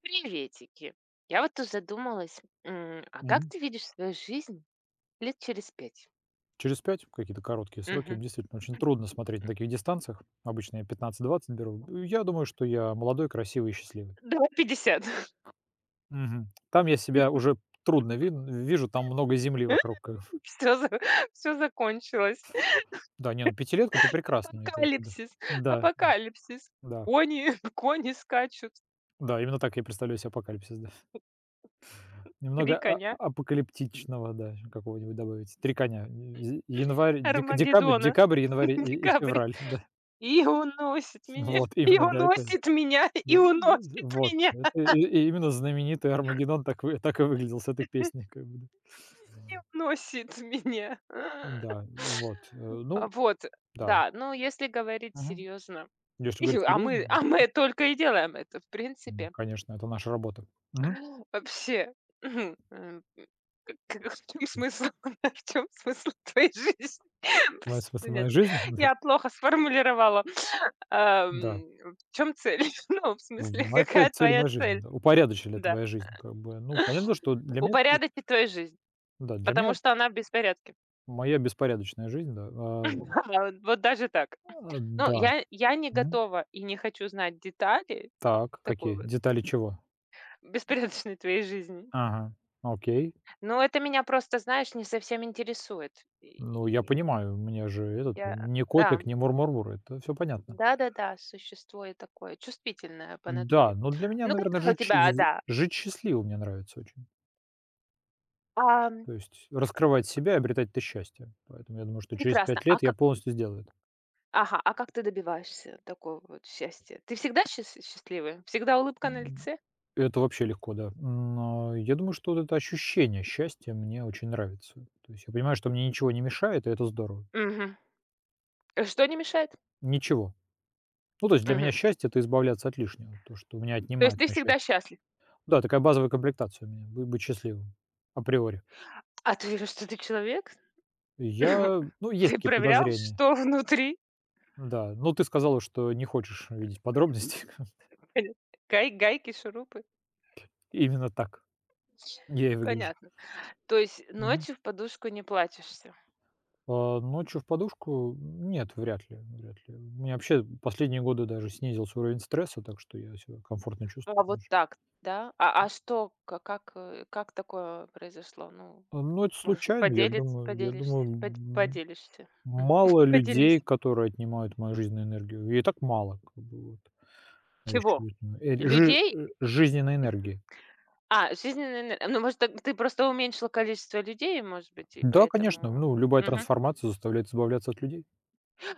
Приветики. Я вот тут задумалась, а как Мгм. ты видишь свою жизнь лет через пять? Через 5 какие-то короткие сроки. Мгм. Действительно, очень трудно смотреть на таких дистанциях. Обычно я 15-20 беру. Я думаю, что я молодой, красивый и счастливый. Давай 50. Мгм. Там я себя уже трудно вижу, там много земли вокруг. Все, закончилось. Да, не, ну пятилетка это прекрасно, мне кажется, да. Апокалипсис. Да, Апокалипсис. да. Кони, кони скачут. Да, именно так я представляю себе апокалипсис, да. Три Немного коня. Апокалиптичного, да, какого-нибудь добавить. Три коня. Январь, декабрь, Армагеддона. декабрь, январь и Декабрь. февраль, да. И уносит меня. Вот, И именно, да, это. уносит меня. Да, И уносит вот. меня. Это и именно знаменитый "Армагеддон", так вы так и выглядел с этой песни, как бы, да. И уносит меня. Ну да, вот, ну А, вот, да, да. Ну, если говорить мгм. серьезно, Если и говорить а серьезно, мы да, а мы только и делаем это, в принципе. конечно, это наша работа. Мгм. Вообще, м, к к в чем Ж смысл, в чем смысл твоей жизни? Моя Просто смысл нет, моей жизни, да, я плохо сформулировала. да. В чем цель? Ну, в В смысле, Моя цель какая цель твоя моей жизни, цель? да. Упорядочили Да. твоя жизнь, как бы. Ну, понятно, что для меня это, Упорядочить твою жизнь, да, для меня потому что она в беспорядке. моя беспорядочная жизнь, да. А, вот даже так. Ну, Да. я не Мгм. готова и не хочу знать детали Так, такой какие? вот Детали чего? беспорядочной твоей жизни. Ага, окей. Но это меня просто, знаешь, не совсем интересует. Ну, я И понимаю, мне же этот я не да, котик, не мур, это все понятно. да-да-да, существо я такое чувствительное по Да, натуре. но для меня, Ну, наверное, какая у жить щ тебя, а, з да, жить счастливо мне нравится очень. ам, То есть раскрывать себя и обретать это счастье. Поэтому я думаю, что через прекрасно. 5 А лет я как полностью сделаю это. ага, а как ты добиваешься такого вот счастья? Ты всегда счастливая? Всегда улыбка на М, лице? это вообще легко, да. Но я думаю, что вот это ощущение счастья мне очень нравится. То есть я понимаю, что мне ничего не мешает, и это здорово. Мгм. Э, что не мешает? Ничего. Ну, то есть для меня Мгм. счастье — это избавляться от лишнего, то, что у меня То есть отнимает ты моё счастье. всегда счастлив? Да, такая базовая комплектация у меня — бы быть счастливым априори. А ты веришь, что ты человек? Я Ну, есть Ты такие проверял, подозрения, что внутри? да. Но ты сказала, что не хочешь видеть подробности. Гайки, шурупы? Именно так я и выгляжу. Понятно. То есть Мгм. ночью в подушку не плачешься. А, ночью в подушку? Нет, вряд ли, вряд ли. У меня вообще последние годы даже снизился уровень стресса, так что я себя комфортно А чувствую вот даже. так, да? А что, как, как такое произошло? Ну, Но это можешь случайно, я поделиться, думаю. Я поделишься, думаю, поделишься. М, мало людей, поделись. которые отнимают мою жизненную энергию. И так мало, как бы вот. А еще, Чего? э, Людей? Жизненной энергии. А, жизненная энергия. Ну, может, так ты просто уменьшила количество людей, может быть, и Да, конечно, поэтому... ну, любая Мгм. трансформация заставляет избавляться от людей.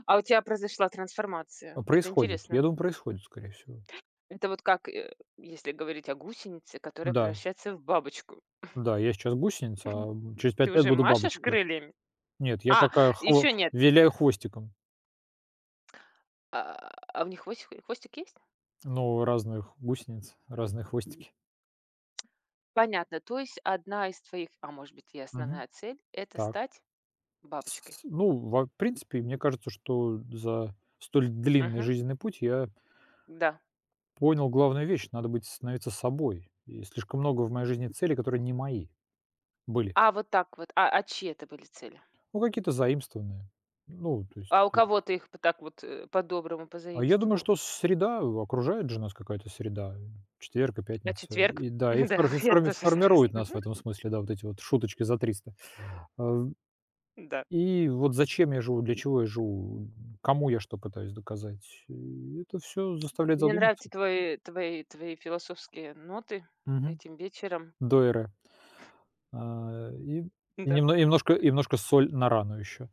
А у тебя произошла трансформация. А, Это происходит. интересно. Я думаю, происходит, скорее всего. Это вот как, если говорить о гусенице, которая Да, превращается в бабочку. да, я сейчас гусеница, через Ты 5 лет уже буду машешь бабочкой. крыльями? Нет, я А, пока хво еще х нет. виляю хвостиком, А у них хвостик есть? ну, разных гусениц, разные хвостики. Понятно. То есть одна из твоих, а может быть, и Мгм. основная цель — это Так. стать бабочкой. С Ну, во в принципе, мне кажется, что за столь длинный Мгм. жизненный путь я Да. понял главную вещь: надо быть становиться собой. И слишком много в моей жизни целей, которые не мои были. А вот так вот, а чьи это были цели? Ну, какие-то заимствованные. Ну, то есть. А у кого ты их п так вот, по-доброму А я думаю, позаимствовал? что среда, окружает же нас какая-то среда, четверг и На пятница. четверг? И да, Да, я тоже сразу. формирует нас в этом смысле, да, вот эти вот шуточки за 300. Э, Да. и вот зачем я живу, для чего я живу, кому я что пытаюсь доказать. И это все заставляет Мне задуматься. нравятся твои философские ноты Мгм. этим вечером. До эре. А, и и Да. немно и немножко и немножко соль на рану еще.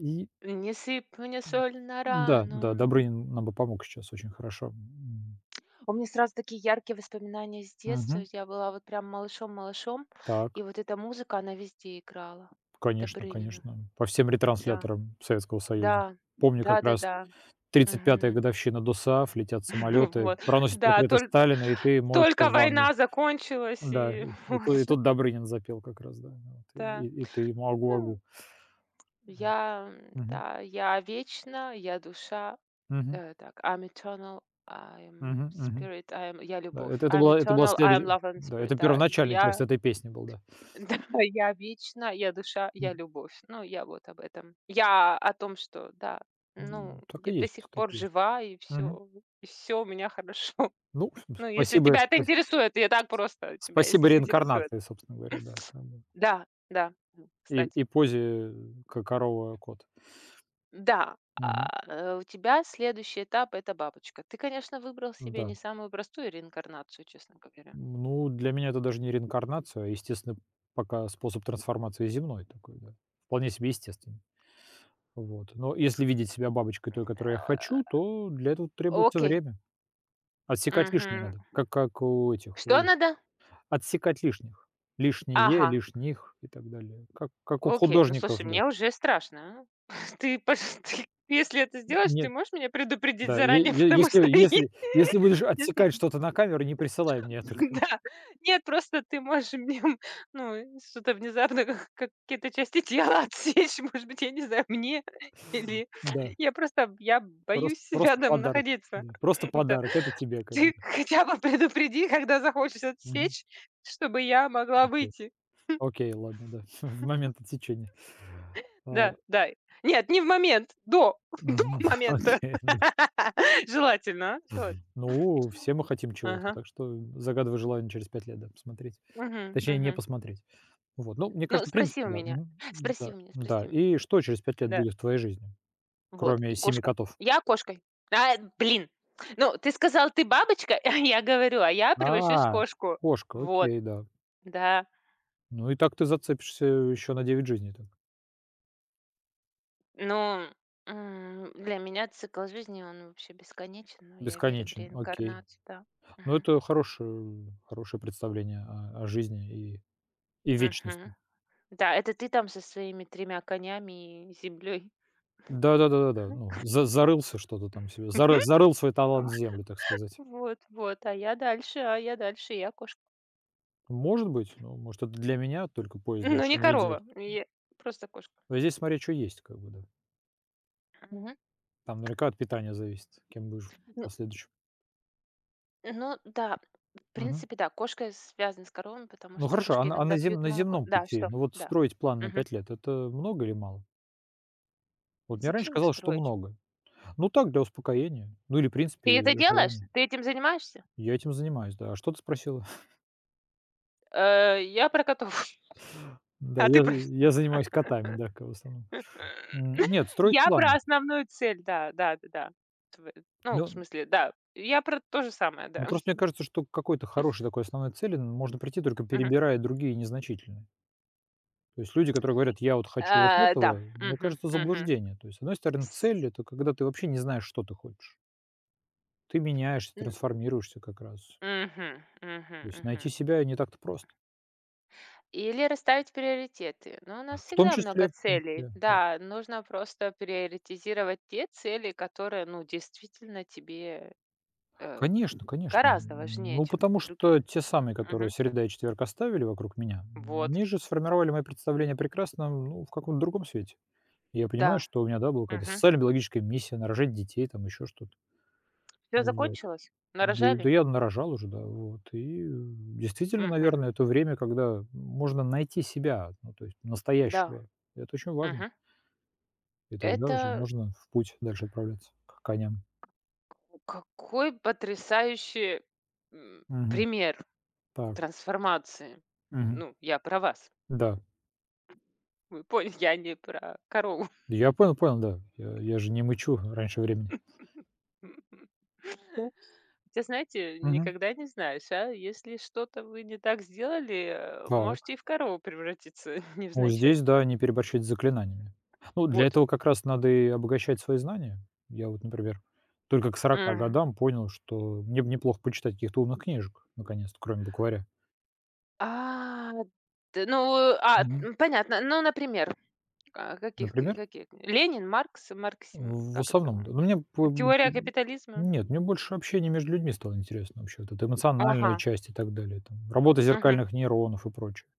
И Не сыпь мне соль на да, рану. да, Добрынин нам бы помог сейчас очень хорошо. У меня сразу такие яркие воспоминания с детства. Мгм. Я была вот прям малышом-малышом, и Так. вот эта музыка, она везде играла. Конечно, Добрынина. конечно. По всем Да. ретрансляторам Советского Союза. Да. Помню, как раз Да-да-да. 35-я Мгм. годовщина ДОСААФ, летят самолеты, Вот. проносят Да, портреты Сталина, и ты моешься только в ванной. война закончилась, Да, и и и вот, ту и тут Добрынин запел как раз, да. Вот и да. и и ты ему "Агу, Ну, агу". Да. я, Мгм. да, я вечна, я душа. Мгм. Э, так, I'm eternal, I am Мгм. Мгм. spirit, I am я Да, любовь. это это I'm была это была eternal, I am следующая, love and да, spirit. это Да, первоначальный текст я этой песни был, да. да, я вечна, я душа, я Мгм. любовь. Ну, я вот об этом. Я о том, что да, ну, Так я и до есть, сих так пор и есть. жива, Мгм. И все у меня хорошо. Ну, Ну, если спасибо тебя это спа интересует, я так просто тебя, если спасибо интересует. реинкарнации, собственно говоря, да, как бы. Да, да, И кстати. и позе э, к корова-кот. Да, а, Мгм. У тебя следующий этап это бабочка. Ты, конечно, выбрал себе Да. не самую простую реинкарнацию, честно говоря. Ну, для меня это даже не реинкарнация, а естественно пока способ трансформации земной такой, да. Вполне себе естественный. Вот. Но если видеть себя бабочкой той, которую я хочу, Э, то для этого требуется Окей. время. Отсекать лишнее Мгм. надо, как у этих, Что у надо? отсекать лишних. Лишнее, Ага, лишних и так далее. Как у окей, ну художников, слушай, да. мне уже страшно, а. Ты если это сделаешь, ты Нет, можешь меня предупредить да, е заранее, е потому если что е если если будешь если отсекать что-то на камеру, не присылай мне это, да. Нет, просто ты можешь мне, ну, что-то внезапно, как какие-то части тела отсечь, может быть, я не знаю, мне или да. я просто я Просто боюсь просто рядом подарок, находиться. да, просто Да. подарок. Это тебе, как бы, Ты да. хотя бы предупреди, когда захочешь Мгм. отсечь, чтобы я могла Окей. выйти. Окей, ладно, да, в момент отсечения. А, Да, да. Нет, не в момент, до, до мгм. момента. Окей, да. Желательно, а, вот. Ну, все мы хотим чего-то, Ага. так что загадывай желание через 5 лет, да, посмотреть. Мгм, Точнее, не мгм. посмотреть. Вот, ну, мне Ну, кажется, в принципе, спроси у да. меня, Мгм. спроси Да, у меня, да. спроси у меня. И что через 5 лет Да, будет в твоей жизни, вот, кроме и семи кошка. котов? Я кошкой. А, блин! Ну, ты сказал: "Ты бабочка", а я говорю: "А я превращусь в А, кошку". кошка, Вот, окей, да. да. Ну и так ты зацепишься еще на 9 жизней так, Ну, для меня цикл жизни, он вообще бесконечен, но я верю в бесконечно, окей. реинкарнацию, да. Ну, Мгм, это хорошее представление о жизни и вечности. мгм. Да, это ты там со своими тремя конями и землей. Да-да-да-да-да. Ну, за зарылся что-то там себе, зарыл свой А. талант в землю, так сказать. Вот, вот, а я дальше, я кошка. Может быть, ну, может, это для меня, только поезд Ну, не дальше не идет. корова, я просто кошка. Но здесь смотря что есть, как бы, да. Мгм. Там наверняка от питания зависит, кем будешь в Ну последующем. ну да, в Мгм. принципе, да, кошка связана с коровами, потому Ну, что хорошо, а кошки на а иногда на зем пьют на молоко. земном Да, пути, что? ну, вот Да. строить план на Мгм. 5 лет — это много или мало? Вот мне раньше Зачем их казалось, что строить? много. Ну так, для успокоения, ну или, в принципе, Ты это делаешь? желания. Ты этим занимаешься? Я этим занимаюсь, да. А что ты спросила? Э, я про котов, Да, а ты про что? я занимаюсь котами, да, как, в основном. Нет, строить Я про план. основную цель, да, да-да-да. Тв ну, в Ну смысле, да, я про то же самое, ну, да. просто мне кажется, что к какой-то хорошей такой основной цели можно прийти, только Мгм. перебирая другие незначительные. То есть люди, которые говорят: "Я вот хочу вот А, да, этого", мне мгм, кажется, мгм. заблуждение. То есть, с одной стороны, С цель — это когда ты вообще не знаешь, что ты хочешь. Ты меняешься, м, трансформируешься как раз. мгм, мгм, То есть мгм. найти себя не так-то просто. Или расставить приоритеты. Но у нас В том всегда много числе в том целей. числе, да. Да, нужно просто приоритизировать те цели, которые, ну, действительно тебе, э, Конечно, конечно. гораздо важнее, Ну, чем потому что другие. те самые, которые Мгм. среда и четверг оставили вокруг меня, Вот, они же сформировали мои представления о прекрасном, ну, в каком-то другом свете. И я понимаю, да. что у меня, да, была какая-то Все социально-биологическая миссия, нарожать детей, там еще что-то. Вот. закончилось? Да, Нарожали? я нарожал уже, да, вот. Действительно, Мгм. наверное, это время, когда можно найти себя, ну, то есть Да. настоящего. Это очень важно. Мгм. И тогда уже Это можно в путь дальше отправляться к коням. к какой потрясающий, Мгм. пример Так. трансформации. Мгм. Ну, я про вас. Да. Вы поняли, я не про корову. Я понял, понял, да. Я же не мычу раньше времени. Хотя, знаете, Мгм. никогда не знаешь, а? Если что-то вы не так сделали, можете и Так. в корову превратиться Ну, невзначай. здесь, да, не переборщить с заклинаниями. Ну, для Вот. этого как раз надо и обогащать свои знания. Я вот, например, только к 40 Мгм. годам понял, что мне бы неплохо почитать каких-то умных книжек, наконец-то, кроме букваря. А, т ну, а, Мгм. Понятно. Ну, например, а, Например, каких? Ленин, Маркс, Марксим, в как это, основном, да. Но м? мне по Теория капитализма. Нет, мне больше общение между людьми стало интересно вообще. Вот эта эмоциональная Ага, часть и так далее там. Работа мгм. зеркальных нейронов и прочее.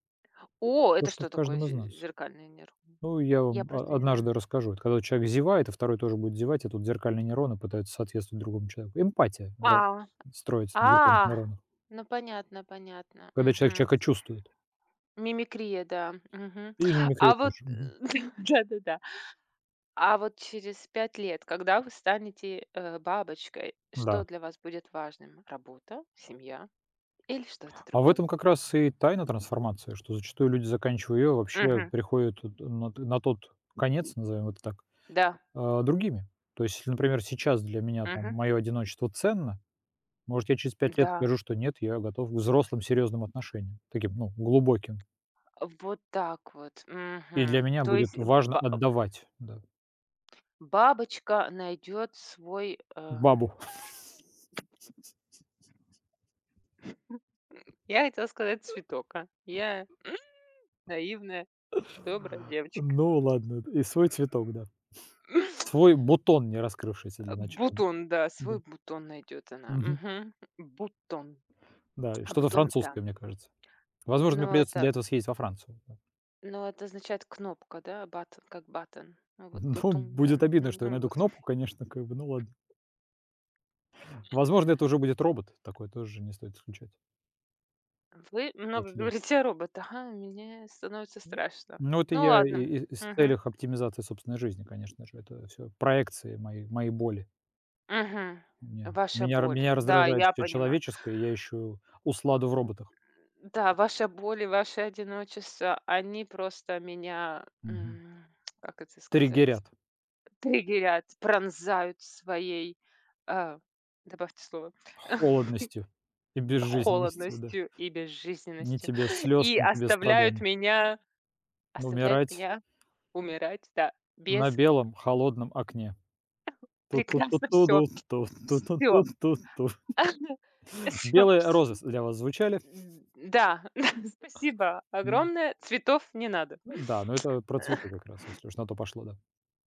О, То, это что что в такое каждом из зе нас. зеркальный нерв? Ну, я Я вам просто о не знаю. однажды расскажу. Это когда человек зевает, а второй тоже будет зевать, и тут зеркальные нейроны пытаются соответствовать другому человеку. Эмпатия А, ра строится на зеркальных а, нейронах, ну понятно, понятно. когда человек Мгм. человека чувствует. Мимикрия, да. Мгм. И А мимикрия вот, тоже. э, Мгм. да-да-да. А вот через 5 лет, когда вы станете, бабочкой, что Да. для вас будет важным? Работа, семья или что-то А в другое? этом как раз и тайна трансформации, что зачастую люди, заканчивая ее, вообще Мгм. приходят вот на тот конец, назовем это так, Да. а, другими. То есть если, например, сейчас для меня там Мгм. мое одиночество ценно, может, я через 5 лет Да. скажу, что нет, я готов к взрослым серьезным отношениям, таким, ну, глубоким. Вот так вот. И для Мгм. меня То есть будет э, важно ба отдавать, да, бабочка найдет свой, э бабу. Я хотела сказать цветок, а. Я наивная, добрая девочка. Ну ладно, и свой цветок, да. Свой бутон не раскрывшийся для начала. Бутон, да, свой Да. бутон найдет она. Мгм. Мгм. Бутон. Да, и А что-то бутон, да. французское, мне кажется. Возможно, мне Но придется для это этого съездить во Францию. Да. но это означает кнопка, да, button, как button. Ну вот Ну, бутон, да. будет обидно, Мгм. что я Ну найду вот. кнопку, конечно, как бы, ну ладно. Возможно, это уже будет робот, такой, тоже не стоит исключать. Вы много 5 лет. говорите о роботах, а мне становится Да. страшно. Ну, это Ну я ладно. и с Мгм. целях оптимизации собственной жизни, конечно же, это все проекции моей боли. Мгм. Не. Ваша Меня ра боль. меня Да, раздражает я все понимаю. человеческое, я ищу усладу в роботах. Да, ваша боль и ваше одиночество, они просто меня, Мгм. Как это сказать, Триггерят триггерят, пронзают своей, а, добавьте слово, холодностью и безжизненностью, да. холодностью и Ни безжизненностью тебе слез, и ни тебе страданий. Но оставляют умирать меня умирать, да, на без белом холодном окне. прекрасно, все, Ту-ту-ту-ту-ду, все, ту-ту-ту-ту-ту-ту. все, "Белые розы" с для вас звучали? да, да, спасибо М, огромное. Цветов не надо, да, но это про цветы как раз, если уж на то пошло, да.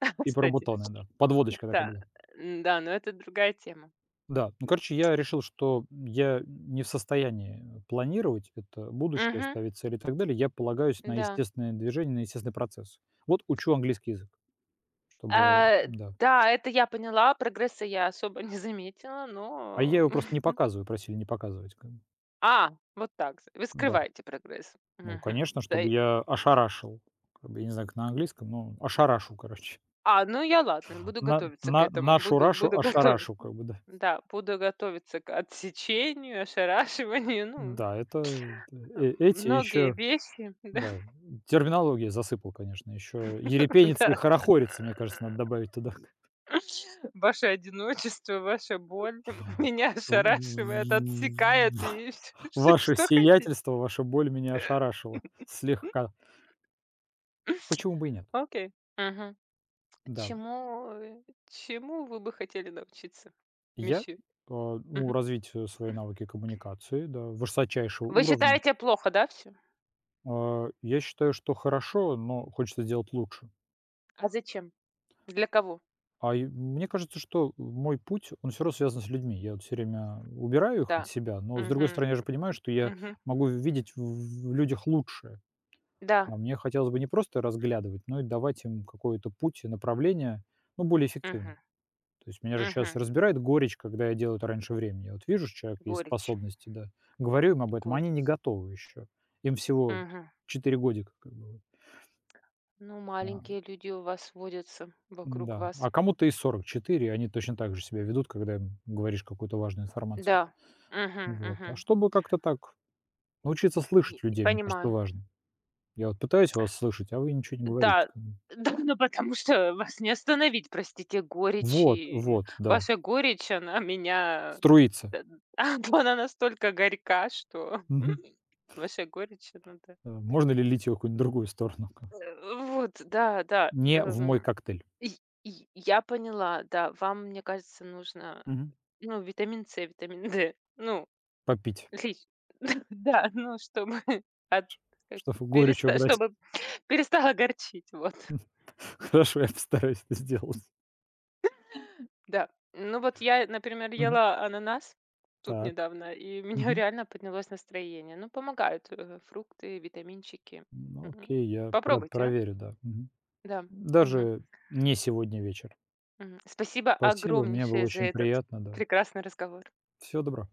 И про кстати. бутоны, да. Подводочка такая Да, была. Да, но это другая тема. Да, ну, короче, я решил, что я не в состоянии планировать это будущее, Мгм, ставить цели и так далее. Я полагаюсь на да. естественное движение, на естественный процесс. Вот учу английский язык, чтобы, А, да. да, это я поняла, прогресса я особо не заметила, А я но его просто не показываю, просили не показывать, как бы. А, вот так з вы Да. скрываете прогресс. Ну, Мгм. конечно, Да чтобы и я ошарашил. Как бы, я не знаю, как на английском, но ошарашу, короче. А, ну я ладно, буду На готовиться к на этому, нашу буду рашу буду готовить ошарашу, как бы, да. да, буду готовиться к отсечению, ошарашиванию, ну, Да, это, э, эти многие еще вещи, да, терминология засыпал, конечно, еще ерепенится и да, да. хорохорится, мне кажется, надо добавить туда. Ваше одиночество, ваша боль меня ошарашивает, отсекает и всё, Ваше что хотите. сиятельство, ваша боль меня ошарашила слегка. Почему бы и нет? Окей. Мгм. Да. Чему, чему вы бы хотели научиться, я, месье? Ну, Мгм. развитию свои навыки коммуникации, да, высочайшего Вы уровня, считаете плохо, да, все? Я считаю, что хорошо, но хочется делать лучше. А зачем? Для кого? А и мне кажется, что мой путь, он все равно связан с людьми. Я вот все время убираю их от Да. себя, но, с другой Мгм. стороны, я же понимаю, что я Мгм. могу видеть в людях лучшее. Да. А мне хотелось бы не просто разглядывать, но и давать им какой-то путь и направление, ну, более эффективно. Мгм. То есть меня же сейчас Мгм. разбирает горечь, когда я делаю это раньше времени. Я вот вижу, что у есть Горечь, способности, да, говорю им об этом, а они не горечь. готовы еще. Им всего Мгм. 4 годика, как бы, вот. Ну, маленькие А, люди у вас водятся вокруг да. вас. А кому-то и 44, они точно так же себя ведут, когда им говоришь какую-то важную информацию. Да. Мгм. Вот. А Мгм. чтобы как-то так научиться И слышать людей, мне кажется, понимаю. важно. Я вот пытаюсь вас слышать, а вы ничего не говорите Да, ко мне. да, ну потому что вас не остановить, простите, горечь Вот, и вот, да. ваша горечь, она меня Струится. д она настолько горька, что Мгм. ваша горечь, она, да. Можно ли лить его в какую-нибудь другую сторону, как бы, Вот, да, да, не в мой коктейль? и и я поняла, да, вам, мне кажется, нужно, Мгм. ну, витамин С, витамин Д, ну, Попить, лич да, ну, чтобы от как чтобы горечь переста убрать. чтобы перестало горчить, вот. Хорошо, я постараюсь это сделать. Да. Ну вот я, например, Мгм. ела ананас тут Так. недавно, и у меня Мгм. реально поднялось настроение. Ну, помогают фрукты, витаминчики. Ну, Мгм. окей, я Попробуйте, а? проверю, да. Мгм. Да. Мгм. Даже не сегодня вечер. Мгм. Спасибо Спасибо, мне было огромнейшее за очень этот приятно, да. прекрасный разговор. Всего добра.